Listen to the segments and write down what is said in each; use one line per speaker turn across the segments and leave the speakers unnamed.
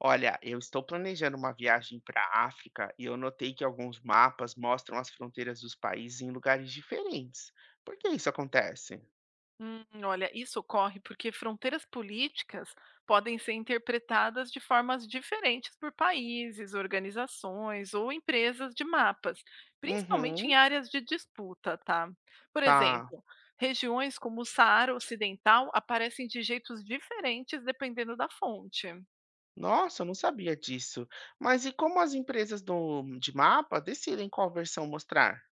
Olha, eu estou planejando uma viagem para a África e eu notei que alguns mapas mostram as fronteiras dos países em lugares diferentes. Por que isso acontece?
Olha, isso ocorre porque fronteiras políticas podem ser interpretadas de formas diferentes por países, organizações ou empresas de mapas, principalmente em
Uhum,
áreas de disputa, tá? Por
tá.
exemplo, regiões como o Saara Ocidental aparecem de jeitos diferentes dependendo da fonte.
Nossa, eu não sabia disso. Mas e como as empresas de mapa decidem qual versão mostrar?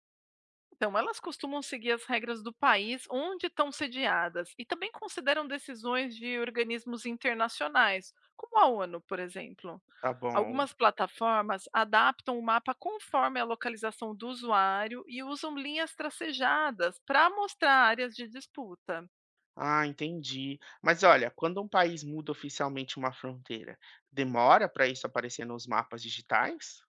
Então, elas costumam seguir as regras do país onde estão sediadas e também consideram decisões de organismos internacionais, como a ONU, por exemplo.
Tá bom.
Algumas plataformas adaptam o mapa conforme a localização do usuário e usam linhas tracejadas para mostrar áreas de disputa.
Ah, entendi. Mas olha, quando um país muda oficialmente uma fronteira, demora para isso aparecer nos mapas digitais?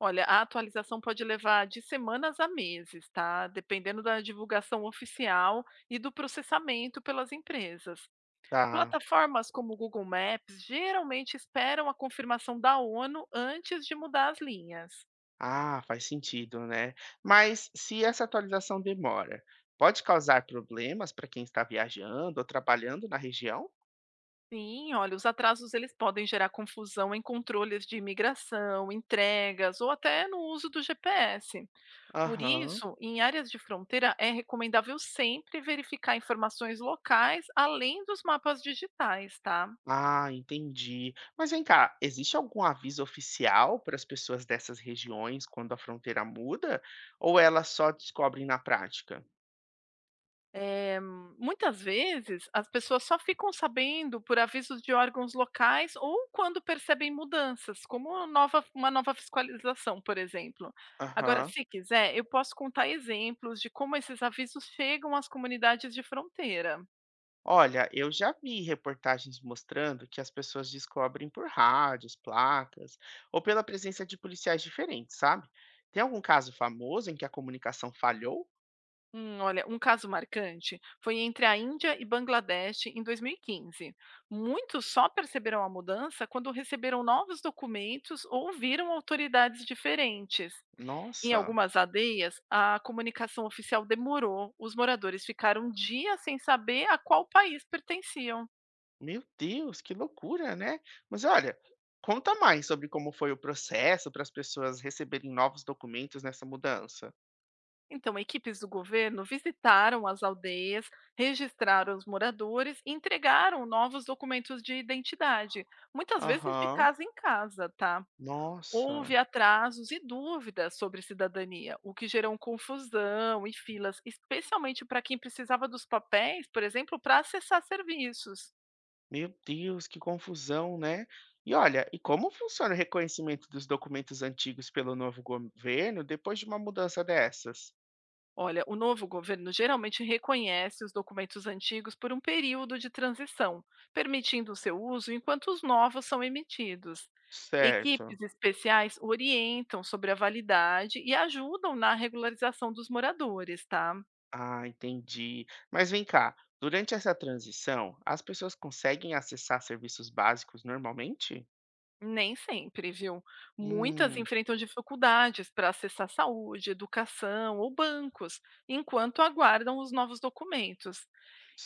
Olha, a atualização pode levar de semanas a meses, tá? Dependendo da divulgação oficial e do processamento pelas empresas.
Tá.
Plataformas como o Google Maps geralmente esperam a confirmação da ONU antes de mudar as linhas.
Ah, faz sentido, né? Mas se essa atualização demora, pode causar problemas para quem está viajando ou trabalhando na região?
Sim, olha, os atrasos eles podem gerar confusão em controles de imigração, entregas ou até no uso do GPS. Por
Aham.
isso, em áreas de fronteira é recomendável sempre verificar informações locais além dos mapas digitais, tá?
Ah, entendi. Mas vem cá, existe algum aviso oficial para as pessoas dessas regiões quando a fronteira muda? Ou elas só descobrem na prática?
Eh, Muitas vezes as pessoas só ficam sabendo por avisos de órgãos locais ou quando percebem mudanças, como uma nova fiscalização, por exemplo. Agora,
Aham.
se quiser, eu posso contar exemplos de como esses avisos chegam às comunidades de fronteira.
Olha, eu já vi reportagens mostrando que as pessoas descobrem por rádios, placas ou pela presença de policiais diferentes, sabe? Tem algum caso famoso em que a comunicação falhou?
Olha, um caso marcante foi entre a Índia e Bangladesh em 2015. Muitos só perceberam a mudança quando receberam novos documentos ou viram autoridades diferentes. Em
Nossa,
algumas aldeias, a comunicação oficial demorou, os moradores ficaram dias sem saber a qual país pertenciam.
meu Deus, que loucura, né? Mas olha, conta mais sobre como foi o processo para as pessoas receberem novos documentos nessa mudança.
Então, equipes do governo visitaram as aldeias, registraram os moradores e entregaram novos documentos de identidade, muitas vezes de
Aham,
casa em casa, tá? Houve
nossa.
atrasos e dúvidas sobre cidadania, o que gerou confusão e filas, especialmente para quem precisava dos papéis, por exemplo, para acessar serviços.
Meu Deus, que confusão, né? E olha, e como funciona o reconhecimento dos documentos antigos pelo novo governo depois de uma mudança dessas?
Olha, o novo governo geralmente reconhece os documentos antigos por um período de transição, permitindo o seu uso enquanto os novos são emitidos. Equipes
Certo.
especiais orientam sobre a validade e ajudam na regularização dos moradores, tá?
Ah, entendi. Mas vem cá, durante essa transição, as pessoas conseguem acessar serviços básicos normalmente?
Nem sempre, viu? Muitas
Hum,
enfrentam dificuldades para acessar saúde, educação ou bancos, enquanto aguardam os novos documentos.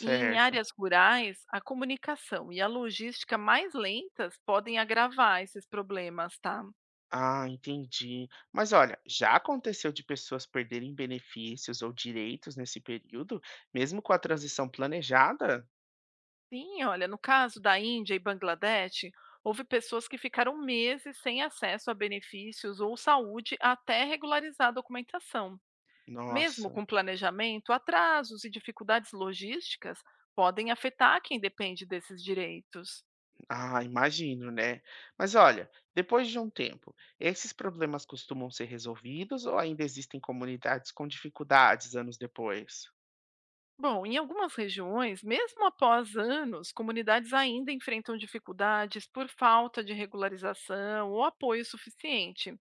E em áreas rurais, a comunicação e a logística mais lentas podem agravar esses problemas, tá?
Ah, entendi. Mas olha, já aconteceu de pessoas perderem benefícios ou direitos nesse período, mesmo com a transição planejada?
Sim, olha, no caso da Índia e Bangladesh, houve pessoas que ficaram meses sem acesso a benefícios ou saúde até regularizar a documentação. Mesmo
Nossa.
com planejamento, atrasos e dificuldades logísticas podem afetar quem depende desses direitos.
Ah, imagino, né? Mas olha, depois de um tempo, esses problemas costumam ser resolvidos ou ainda existem comunidades com dificuldades anos depois?
Bom, em algumas regiões, mesmo após anos, comunidades ainda enfrentam dificuldades por falta de regularização ou apoio suficiente.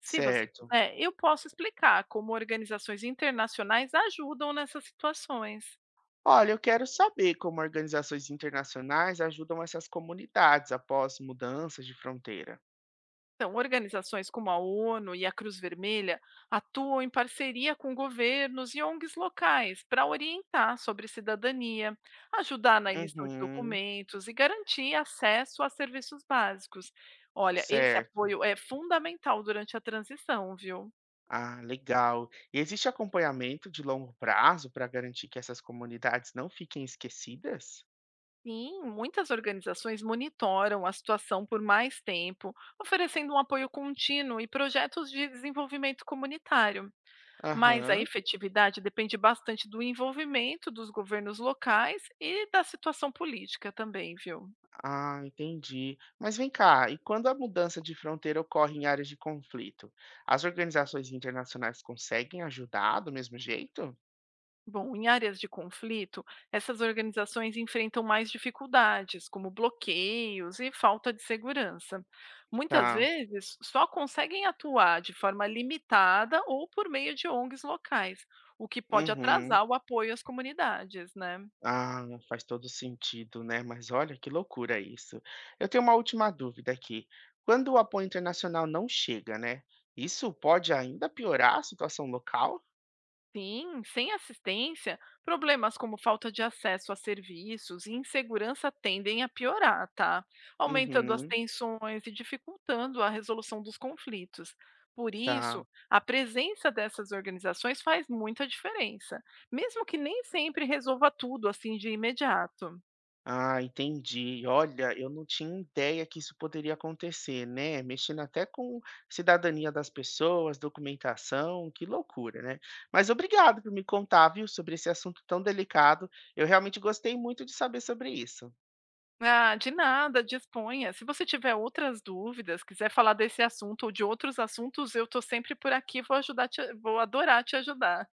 Se você
Certo.
quiser, eu posso explicar como organizações internacionais ajudam nessas situações.
Olha, eu quero saber como organizações internacionais ajudam essas comunidades após mudanças de fronteira.
Então, organizações como a ONU e a Cruz Vermelha atuam em parceria com governos e ONGs locais para orientar sobre cidadania, ajudar na emissão de
Uhum,
documentos e garantir acesso a serviços básicos. Olha, esse
certo.
apoio é fundamental durante a transição, viu?
Ah, legal. E existe acompanhamento de longo prazo para garantir que essas comunidades não fiquem esquecidas?
Sim, muitas organizações monitoram a situação por mais tempo, oferecendo um apoio contínuo e projetos de desenvolvimento comunitário. Mas a
Aham.
efetividade depende bastante do envolvimento dos governos locais e da situação política também, viu?
Ah, entendi. Mas vem cá, e quando a mudança de fronteira ocorre em áreas de conflito, as organizações internacionais conseguem ajudar do mesmo jeito?
Bom, em áreas de conflito, essas organizações enfrentam mais dificuldades, como bloqueios e falta de segurança. Muitas
Tá.
vezes, só conseguem atuar de forma limitada ou por meio de ONGs locais, o que pode
Uhum.
atrasar o apoio às comunidades, né?
Ah, faz todo sentido, né? Mas olha que loucura isso. Eu tenho uma última dúvida aqui. Quando o apoio internacional não chega, né? Isso pode ainda piorar a situação local?
Sim, sem assistência, problemas como falta de acesso a serviços e insegurança tendem a piorar, tá? Aumentando as
Uhum.
tensões e dificultando a resolução dos conflitos. Por
Tá.
isso, a presença dessas organizações faz muita diferença, mesmo que nem sempre resolva tudo assim de imediato.
Ah, entendi. Olha, eu não tinha ideia que isso poderia acontecer, né? Mexendo até com cidadania das pessoas, documentação, que loucura, né? Mas obrigado por me contar, viu, sobre esse assunto tão delicado. Eu realmente gostei muito de saber sobre isso.
Ah, de nada, disponha. Se você tiver outras dúvidas, quiser falar desse assunto ou de outros assuntos, eu estou sempre por aqui, vou ajudar, vou adorar te ajudar.